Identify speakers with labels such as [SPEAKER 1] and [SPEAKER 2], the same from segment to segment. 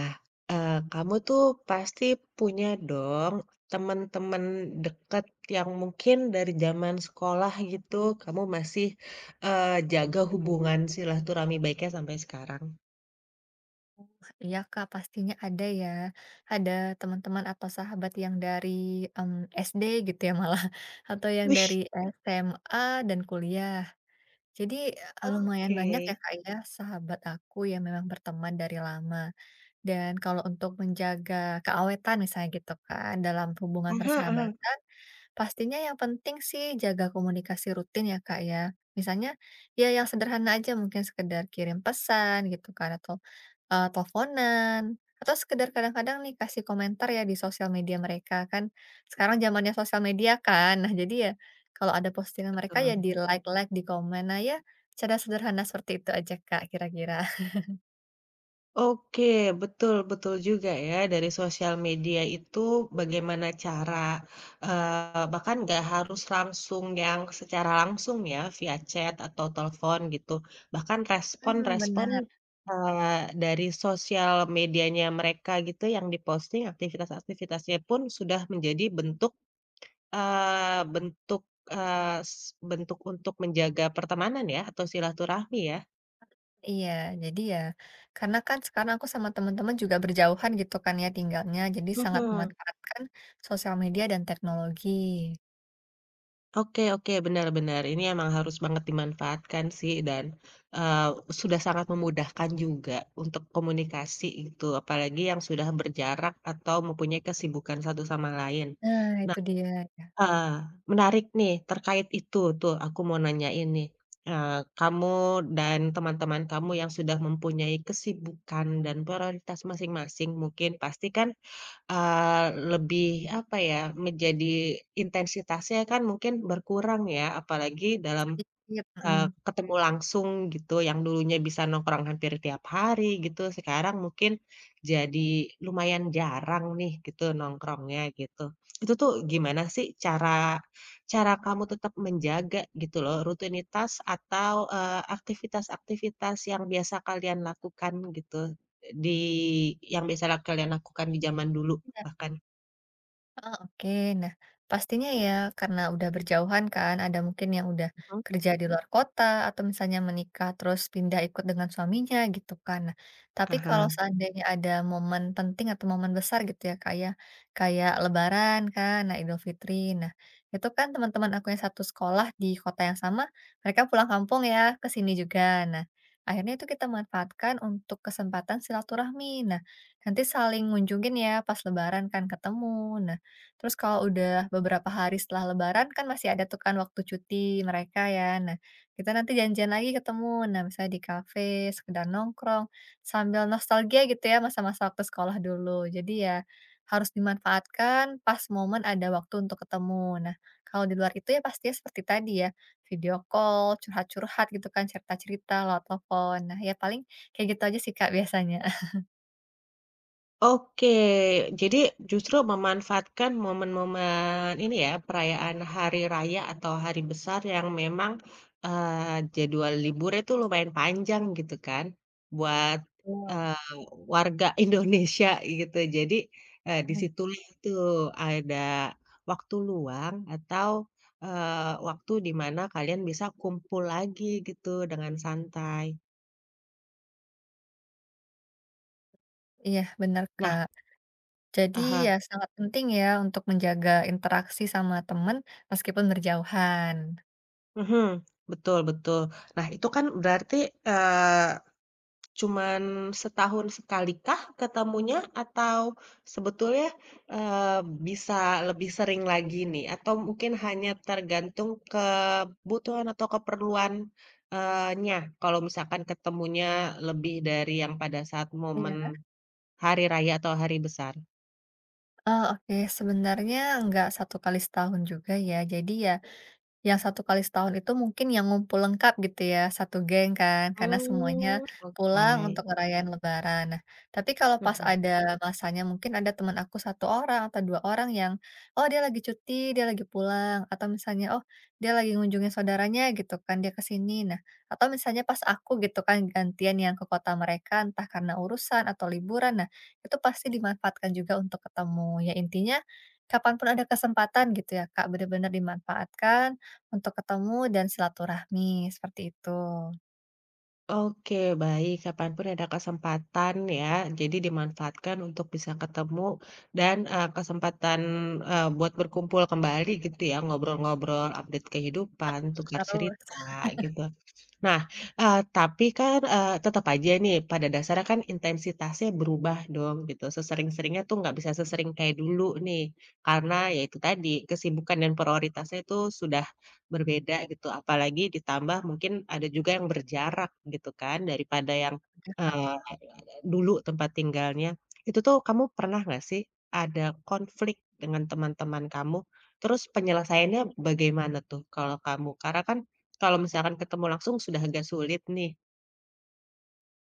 [SPEAKER 1] Nah, kamu tuh pasti punya dong teman-teman deket yang mungkin dari zaman sekolah gitu, kamu masih, jaga hubungan silaturahmi baiknya sampai sekarang?
[SPEAKER 2] Iya Kak, pastinya ada ya. Ada teman-teman atau sahabat yang dari, mmm, SD gitu ya malah, atau yang dari
[SPEAKER 1] wish
[SPEAKER 2] SMA dan kuliah. Jadi, lumayan
[SPEAKER 1] Oke.
[SPEAKER 2] banyak ya Kak ya, sahabat aku yang memang berteman dari lama. Dan kalau untuk menjaga keawetan misalnya gitu kan, dalam hubungan
[SPEAKER 1] Aha aha,
[SPEAKER 2] persahabatan. Pastinya yang penting sih jaga komunikasi rutin ya Kak ya. Misalnya, ya yang sederhana aja mungkin sekedar kirim pesan gitu kan atau, teleponan, atau sekedar kadang-kadang nih kasih komentar ya di sosial media mereka kan, sekarang zamannya sosial media kan. Nah jadi ya, kalau ada postingan mereka ya
[SPEAKER 1] betul.
[SPEAKER 2] di-like-like, di komen. Nah ya, cara sederhana seperti itu aja Kak kira-kira.
[SPEAKER 1] Oke, betul betul juga ya, dari sosial media itu bagaimana cara, bahkan nggak harus langsung yang secara langsung ya, via chat atau telepon gitu, bahkan
[SPEAKER 2] Mhm,
[SPEAKER 1] respon-respon,
[SPEAKER 2] bener.
[SPEAKER 1] dari sosial medianya mereka gitu yang diposting, aktivitas-aktivitasnya pun sudah menjadi bentuk, eee, s bentuk untuk menjaga pertemanan ya, atau silaturahmi ya?
[SPEAKER 2] Iya, jadi ya karena kan sekarang aku sama teman-teman juga berjauhan gitu kan ya tinggalnya, jadi sangat
[SPEAKER 1] Mhm.
[SPEAKER 2] memanfaatkan sosial media dan teknologi.
[SPEAKER 1] Oke oke, benar benar. Ini emang harus banget dimanfaatkan sih dan, eee, sudah sangat memudahkan juga untuk komunikasi gitu, apalagi yang sudah berjarak atau mempunyai kesibukan satu sama lain.
[SPEAKER 2] Nah itu
[SPEAKER 1] Nah,
[SPEAKER 2] dia ya,
[SPEAKER 1] heeh, menarik nih terkait itu tuh aku mau nanya ini kamu dan teman-teman kamu yang sudah mempunyai kesibukan dan prioritas masing-masing mungkin pastikan. Lebih apa ya, menjadi intensitasnya kan mungkin berkurang ya, apalagi dalam
[SPEAKER 2] sedikit, mhm.
[SPEAKER 1] Ketemu langsung gitu, yang dulunya bisa nongkrong hampir tiap hari gitu, sekarang mungkin jadi lumayan jarang nih gitu nongkrongnya gitu. Itu tuh gimana sih cara cara kamu tetap menjaga gitu loh rutinitas atau, aktivitas-aktivitas yang biasa kalian lakukan gitu, di yang biasa kalian lakukan di zaman dulu bahkan?
[SPEAKER 2] Heeh, oke. Nah, pastinya ya karena udah berjauhan kan, ada mungkin yang udah
[SPEAKER 1] Mhm,
[SPEAKER 2] kerja di luar kota atau misalnya menikah terus pindah ikut dengan suaminya gitu kan. Nah, tapi kalau
[SPEAKER 1] ah.
[SPEAKER 2] seandainya ada momen penting atau momen besar gitu ya kayak kayak Lebaran kan, nah Idul Fitri. Nah, itu kan teman-teman aku yang satu sekolah di kota yang sama, mereka pulang kampung ya ke sini juga. Nah, akhirnya itu kita manfaatkan untuk kesempatan silaturahmi. Nah, nanti saling ngunjungin ya pas Lebaran kan ketemu. Nah, terus kalau udah beberapa hari setelah lebaran kan masih ada tuh kan waktu cuti mereka ya. Nah, kita nanti janjian lagi ketemu. Nah, misalnya di kafe, sekedar nongkrong, sambil nostalgia gitu ya masa-masa waktu sekolah dulu. Jadi ya harus dimanfaatkan pas momen ada waktu untuk ketemu. Nah, kalau di luar itu ya pastinya seperti tadi ya, video call, curhat-curhat gitu kan, cerita-cerita lewat telepon. Nah, ya paling kayak gitu aja sih Kak biasanya.
[SPEAKER 1] Oke, jadi justru memanfaatkan momen-momen ini ya, perayaan hari raya atau hari besar yang memang, jadwal liburnya itu lumayan panjang gitu kan, buat,
[SPEAKER 2] Betul.
[SPEAKER 1] eee, warga Indonesia gitu. Jadi, di situlah tuh ada waktu luang atau, waktu di mana kalian bisa kumpul lagi gitu dengan santai.
[SPEAKER 2] Iya, benar
[SPEAKER 1] Nah,
[SPEAKER 2] Kak. Jadi
[SPEAKER 1] ah.
[SPEAKER 2] ya sangat penting ya untuk menjaga interaksi sama teman meskipun berjauhan.
[SPEAKER 1] Mhm, betul betul. Nah, itu kan berarti, eee, cuman setahun sekali kah ketemunya atau sebetulnya, eee, bisa lebih sering lagi nih? Atau mungkin hanya tergantung kebutuhan atau keperluan nya, kalau misalkan ketemunya lebih dari yang pada saat momen
[SPEAKER 2] Iya.
[SPEAKER 1] hari raya atau hari besar?
[SPEAKER 2] Oh, oke sebenarnya nggak satu kali setahun juga ya. Jadi ya, yang satu kali setahun itu mungkin yang ngumpul lengkap gitu ya, satu geng kan, karena semuanya
[SPEAKER 1] Mmm, oke.
[SPEAKER 2] pulang untuk ngerayain lebaran. Nah, tapi kalau pas
[SPEAKER 1] Mhm.
[SPEAKER 2] ada masanya mungkin ada teman aku satu orang atau 2 orang yang, oh dia lagi cuti, dia lagi pulang, atau misalnya, oh dia lagi ngunjungin saudaranya gitu kan, dia ke sini. Nah, atau misalnya pas aku gitu kan gantian yang ke kota mereka, entah karena urusan atau liburan, nah itu pasti dimanfaatkan juga untuk ketemu. Ya intinya kapanpun ada kesempatan gitu ya Kak, benar-benar dimanfaatkan untuk ketemu dan silaturahmi, seperti itu.
[SPEAKER 1] Oke, baik. Kapanpun ada kesempatan ya, jadi dimanfaatkan untuk bisa ketemu dan, kesempatan, buat berkumpul kembali gitu ya, ngobrol-ngobrol, update kehidupan, tukar
[SPEAKER 2] Harus.
[SPEAKER 1] cerita, gitu. Nah, tapi kan, tetap aja nih, pada dasarnya kan intensitasnya berubah dong, gitu. Sesering-seringnya tuh nggak bisa sesering kayak dulu nih, karena ya itu tadi, kesibukan dan prioritasnya itu sudah berbeda gitu, apalagi ditambah mungkin ada juga yang berjarak gitu kan daripada yang,
[SPEAKER 2] Oke, Kak.
[SPEAKER 1] eee, dulu tempat tinggalnya. Itu tuh kamu pernah nggak sih ada konflik dengan teman-teman kamu? Terus penyelesaiannya bagaimana tuh kalau kamu? Karena kan kalau misalkan ketemu langsung sudah agak sulit nih.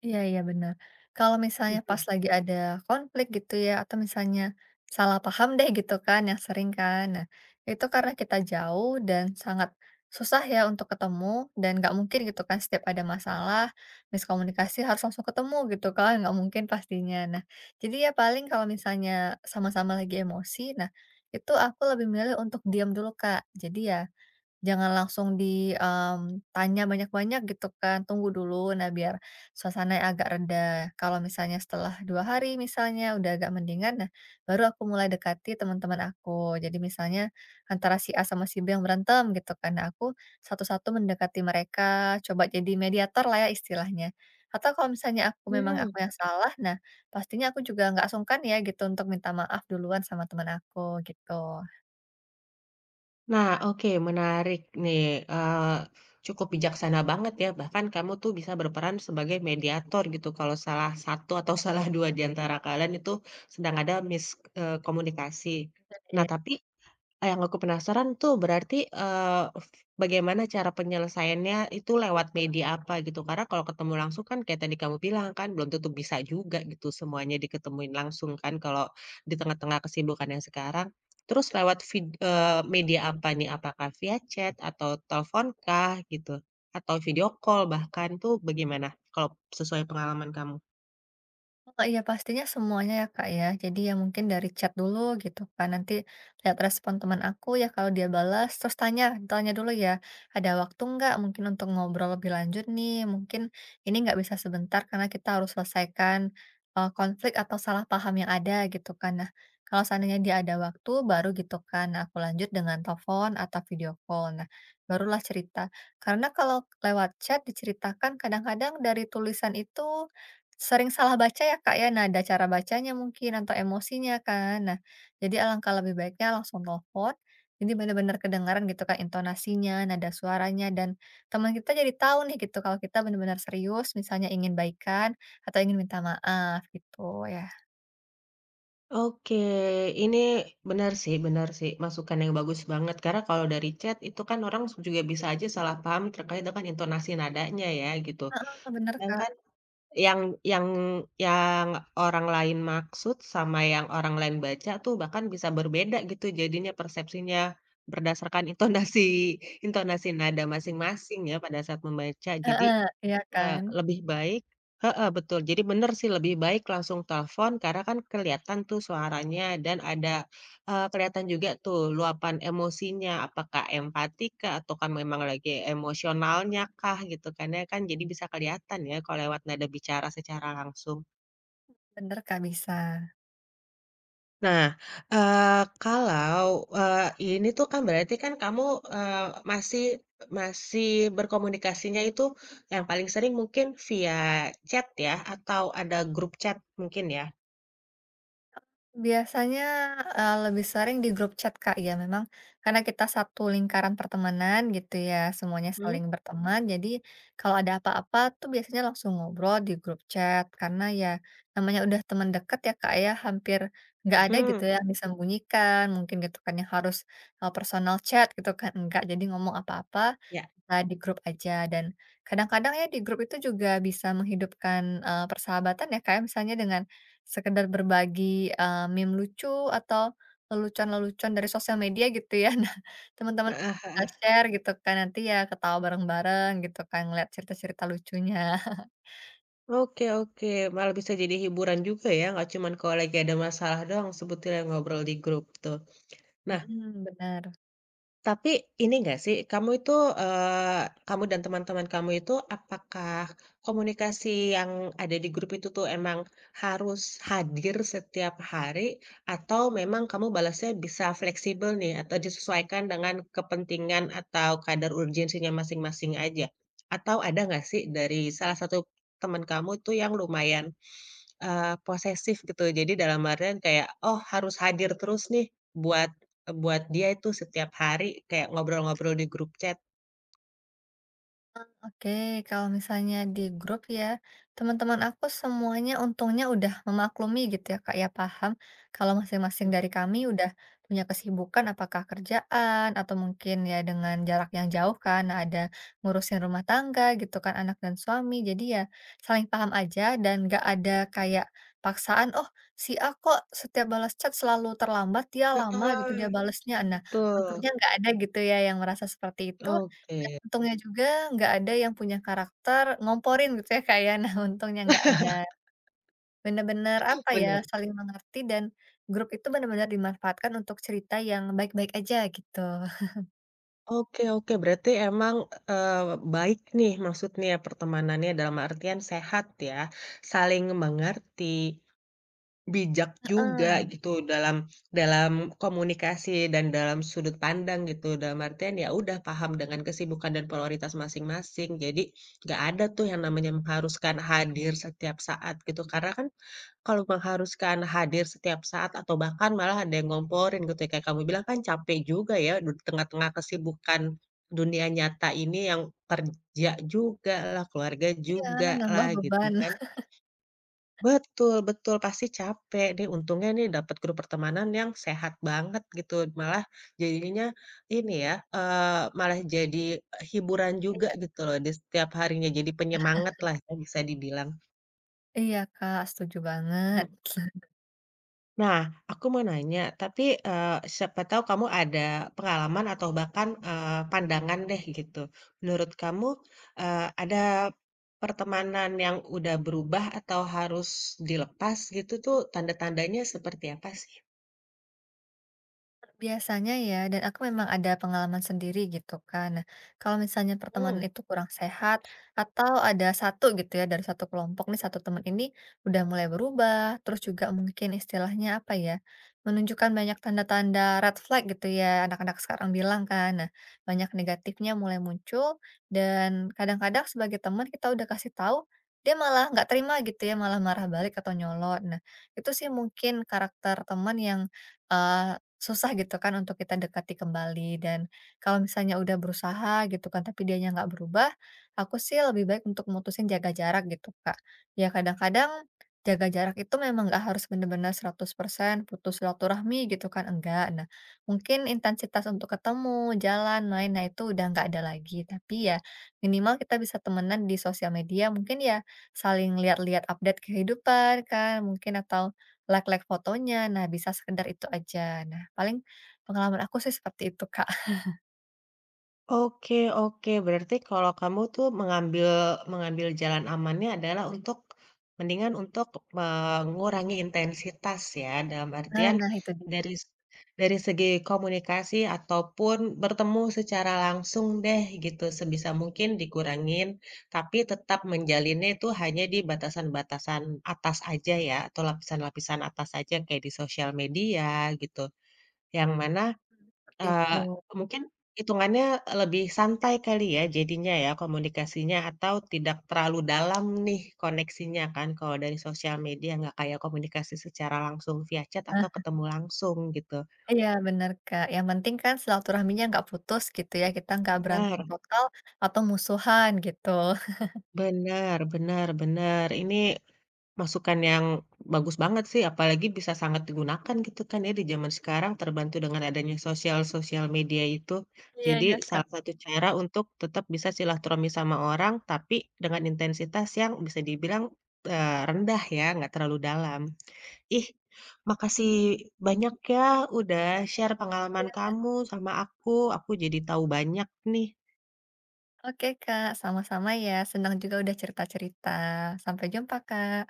[SPEAKER 2] Iya iya, benar. Kalau misalnya pas
[SPEAKER 1] Mhm.
[SPEAKER 2] lagi ada konflik gitu ya, atau misalnya salah paham deh gitu kan, yang sering kan. Nah, itu karena kita jauh dan sangat susah ya untuk ketemu, dan nggak mungkin gitu kan setiap ada masalah, miskomunikasi harus langsung ketemu gitu kan, nggak mungkin pastinya. Nah, jadi ya paling kalau misalnya sama-sama lagi emosi, nah, itu aku lebih milih untuk diam dulu, Kak. Jadi ya jangan langsung di, tanya banyak-banyak gitu kan, tunggu dulu. Nah, biar suasananya agak reda. Kalau misalnya setelah 2 hari misalnya udah agak mendingan, nah baru aku mulai dekati teman-teman aku. Jadi misalnya antara si A sama si B yang berantem gitu kan, nah aku satu-satu mendekati mereka, coba jadi mediator lah ya istilahnya. Atau kalau misalnya aku memang
[SPEAKER 1] Mhm.
[SPEAKER 2] aku yang salah, nah pastinya aku juga nggak sungkan ya gitu untuk minta maaf duluan sama teman aku gitu.
[SPEAKER 1] Nah, oke, menarik nih, eee, cukup bijaksana banget ya, bahkan kamu tuh bisa berperan sebagai mediator gitu, kalau salah satu atau salah dua di antara kalian itu sedang ada komunikasi.
[SPEAKER 2] Iya.
[SPEAKER 1] Nah, tapi yang aku penasaran tuh berarti, eee, f bagaimana cara penyelesaiannya itu lewat media apa gitu? Karena kalau ketemu langsung kan kayak tadi kamu bilang kan belum tentu bisa juga gitu semuanya diketemuin langsung kan kalau di tengah-tengah kesibukan yang sekarang. Terus lewat media apa nih? Apakah via chat atau teleponkah gitu? Atau video call bahkan tuh bagaimana kalau sesuai pengalaman kamu?
[SPEAKER 2] Oh iya pastinya semuanya ya Kak ya. Jadi ya mungkin dari chat dulu gitu kan. Nanti lihat respon teman aku ya kalau dia balas terus tanya, tanya dulu ya. Ada waktu nggak mungkin untuk ngobrol lebih lanjut nih. Mungkin ini nggak bisa sebentar karena kita harus selesaikan konflik atau salah paham yang ada gitu kan. Nah, kalau seandainya dia ada waktu baru gitu kan nah, aku lanjut dengan telepon atau video call. Nah, barulah cerita. Karena kalau lewat chat diceritakan kadang-kadang dari tulisan itu sering salah baca ya, Kak, ya? Nada cara bacanya mungkin atau emosinya kan. Nah, jadi alangkah lebih baiknya langsung telepon, jadi benar-benar kedengaran gitu, Kak, intonasinya, nada suaranya, dan teman kita jadi tahu nih gitu kalau kita benar-benar serius misalnya ingin baikan atau ingin minta maaf gitu ya.
[SPEAKER 1] Oke, ini benar sih, masukan yang bagus banget. Karena kalau dari chat itu kan orang juga bisa aja salah paham terkait dengan intonasi nadanya ya, gitu.
[SPEAKER 2] Heeh, bener,
[SPEAKER 1] Sedangkan
[SPEAKER 2] Kak.
[SPEAKER 1] yang yang yang orang lain maksud sama yang orang lain baca tuh bahkan bisa berbeda gitu jadinya persepsinya, berdasarkan intonasi intonasi nada masing-masing ya pada saat membaca. Jadi,
[SPEAKER 2] Heeh, iya kan?
[SPEAKER 1] Lebih baik, heeh, betul. Jadi bener sih lebih baik langsung telepon karena kan kelihatan tuh suaranya dan ada, kelihatan juga tuh luapan emosinya, apakah empati kah atau kan memang lagi emosionalnya kah gitu kan ya kan jadi bisa kelihatan ya kalau lewat nada bicara secara langsung.
[SPEAKER 2] Bener, Kak, bisa.
[SPEAKER 1] Nah, kalau, ini tuh kan berarti kan kamu, eee, masih masih berkomunikasinya itu yang paling sering mungkin via chat ya, atau ada grup chat mungkin ya?
[SPEAKER 2] Biasanya, lebih sering di grup chat, Kak, ya memang karena kita satu lingkaran pertemanan gitu ya, semuanya
[SPEAKER 1] Mhm,
[SPEAKER 2] saling berteman, jadi kalau ada apa-apa tuh biasanya langsung ngobrol di grup chat karena ya namanya udah teman dekat ya, Kak, ya, hampir nggak ada gitu
[SPEAKER 1] mhm,
[SPEAKER 2] ya yang disembunyikan mungkin gitu kan yang harus, personal chat gitu kan, enggak. Jadi ngomong apa-apa
[SPEAKER 1] ya,
[SPEAKER 2] nah, di grup aja dan kadang-kadang ya di grup itu juga bisa menghidupkan, persahabatan ya, kayak misalnya dengan sekedar berbagi, meme lucu atau lelucon-lelucon dari sosial media gitu ya. Nah, teman-teman
[SPEAKER 1] heeh,
[SPEAKER 2] suka
[SPEAKER 1] heeh.
[SPEAKER 2] share gitu kan, nanti ya ketawa bareng-bareng gitu kan ngeliat cerita-cerita lucunya.
[SPEAKER 1] Oke oke, malah bisa jadi hiburan juga ya, nggak cuman kalau lagi ada masalah doang sebetulnya ngobrol di grup tuh. Nah.
[SPEAKER 2] Mhm, bener.
[SPEAKER 1] Tapi ini nggak sih, kamu itu, kamu dan teman-teman kamu itu apakah komunikasi yang ada di grup itu tuh emang harus hadir setiap hari atau memang kamu balasnya bisa fleksibel nih atau disesuaikan dengan kepentingan atau kadar urgensinya masing-masing aja? Atau ada nggak sih dari salah satu teman kamu tuh yang lumayan posesif gitu. Jadi dalam artian kayak, oh harus hadir terus nih buat buat dia itu setiap hari kayak ngobrol-ngobrol di grup chat.
[SPEAKER 2] Oke, kalau misalnya di grup ya, teman-teman aku semuanya untungnya udah memaklumi gitu ya, Kak, ya paham kalau masing-masing dari
[SPEAKER 1] Mhm.
[SPEAKER 2] kami udah punya kesibukan apakah kerjaan atau mungkin ya dengan jarak yang jauh kan, nah, ada ngurusin rumah tangga gitu kan anak dan suami. Jadi ya saling paham aja dan gak ada kayak paksaan, oh si A kok setiap balas chat selalu terlambat, dia lama gitu dia
[SPEAKER 1] Heeh,
[SPEAKER 2] balesnya. Nah,
[SPEAKER 1] betul.
[SPEAKER 2] untungnya nggak ada gitu ya yang merasa seperti itu dan
[SPEAKER 1] Oke.
[SPEAKER 2] untungnya juga nggak ada yang punya karakter ngomporin gitu ya, Kak, ya. Nah, untungnya nggak ada. Bener-bener apa
[SPEAKER 1] Bener.
[SPEAKER 2] ya, saling mengerti dan grup itu bener-bener dimanfaatkan untuk cerita yang baik-baik aja gitu.
[SPEAKER 1] Oke oke, berarti emang, baik nih maksudnya pertemanannya dalam artian sehat ya, saling mengerti. Bijak
[SPEAKER 2] Heeh,
[SPEAKER 1] juga gitu dalam dalam komunikasi dan dalam sudut pandang gitu, dalam artian ya udah paham dengan kesibukan dan prioritas masing-masing. Jadi nggak ada tuh yang namanya mengharuskan hadir setiap saat gitu, karena kan kalau mengharuskan hadir setiap saat atau bahkan malah ada yang ngomporin gitu ya, kayak kamu bilang kan capek juga ya di tengah-tengah kesibukan dunia nyata ini yang kerja juga lah keluarga
[SPEAKER 2] iya,
[SPEAKER 1] juga
[SPEAKER 2] nambah
[SPEAKER 1] lah gitu
[SPEAKER 2] beban.
[SPEAKER 1] kan. Betul betul, pasti capek deh untungnya nih dapat grup pertemanan yang sehat banget gitu, malah jadinya ini ya, malah jadi hiburan juga
[SPEAKER 2] Iya
[SPEAKER 1] gitu loh di setiap harinya, jadi penyemangatlah ya bisa dibilang.
[SPEAKER 2] iya, Kak, setuju banget.
[SPEAKER 1] Mhm. Nah, aku mau nanya, tapi, siapa tahu kamu ada pengalaman atau bahkan, pandangan deh gitu. Menurut kamu, ada pertemanan yang udah berubah atau harus dilepas gitu tuh, tanda-tandanya seperti apa sih?
[SPEAKER 2] Biasanya ya, dan aku memang ada pengalaman sendiri gitu kan. Nah, kalau misalnya pertemanan
[SPEAKER 1] Mmm,
[SPEAKER 2] itu kurang sehat atau ada satu gitu ya dari satu kelompok nih satu teman ini udah mulai berubah, terus juga mungkin istilahnya apa ya, menunjukkan banyak tanda-tanda red flag gitu ya anak-anak sekarang bilang kan. Nah, banyak negatifnya mulai muncul dan kadang-kadang sebagai teman kita udah kasih tahu dia malah nggak terima gitu ya, malah marah balik atau nyolot. Nah, itu sih mungkin karakter teman yang eh, susah gitu kan untuk kita dekati kembali dan kalau misalnya udah berusaha gitu kan tapi dianya nggak berubah, aku sih lebih baik untuk mutusin jaga jarak gitu, Kak. Ya kadang-kadang jaga jarak itu memang nggak harus bener-bener persen putus silaturahmi gitu kan, enggak. Nah, mungkin intensitas untuk ketemu, jalan, main, nah itu udah nggak ada lagi. Tapi ya minimal kita bisa temenan di sosial media, mungkin ya saling lihat-lihat update kehidupan kan mungkin atau like-like fotonya, nah bisa sekedar itu aja. Nah, paling pengalaman aku sih seperti itu, Kak.
[SPEAKER 1] oke oke. Berarti kalau kamu tuh mengambil mengambil jalan amannya adalah untuk mendingan untuk mengurangi intensitas ya, dalam
[SPEAKER 2] Nah
[SPEAKER 1] artian
[SPEAKER 2] nah itu dia,
[SPEAKER 1] dari dari segi komunikasi ataupun bertemu secara langsung deh gitu, sebisa mungkin dikurangin, tapi tetap menjalinnya itu hanya di batasan-batasan atas aja ya, atau lapisan-lapisan atas aja kayak di sosial media gitu, yang mana
[SPEAKER 2] seperti
[SPEAKER 1] Eee,
[SPEAKER 2] itu.
[SPEAKER 1] mungkin hitungannya lebih santai kali ya jadinya ya komunikasinya atau tidak terlalu dalam nih koneksinya kan kalau dari sosial media nggak kayak komunikasi secara langsung via chat atau
[SPEAKER 2] Nah
[SPEAKER 1] ketemu langsung gitu.
[SPEAKER 2] iya bener, Kak, yang penting kan silaturahminya nggak putus gitu ya, kita nggak berantem
[SPEAKER 1] Benar
[SPEAKER 2] total atau musuhan gitu.
[SPEAKER 1] benar benar benar, ini masukan yang bagus banget sih, apalagi bisa sangat digunakan gitu kan ya di zaman sekarang terbantu dengan adanya sosial sosial media itu.
[SPEAKER 2] Iya iya,
[SPEAKER 1] Jadi
[SPEAKER 2] Kak.
[SPEAKER 1] salah satu cara untuk tetap bisa silaturahmi sama orang, tapi dengan intensitas yang bisa dibilang, rendah ya, nggak terlalu dalam. Ih, makasih banyak ya udah share pengalaman
[SPEAKER 2] Iya.
[SPEAKER 1] kamu sama aku jadi tahu banyak nih.
[SPEAKER 2] Oke, Kak, sama-sama ya, senang juga udah cerita-cerita. Sampai jumpa, Kak.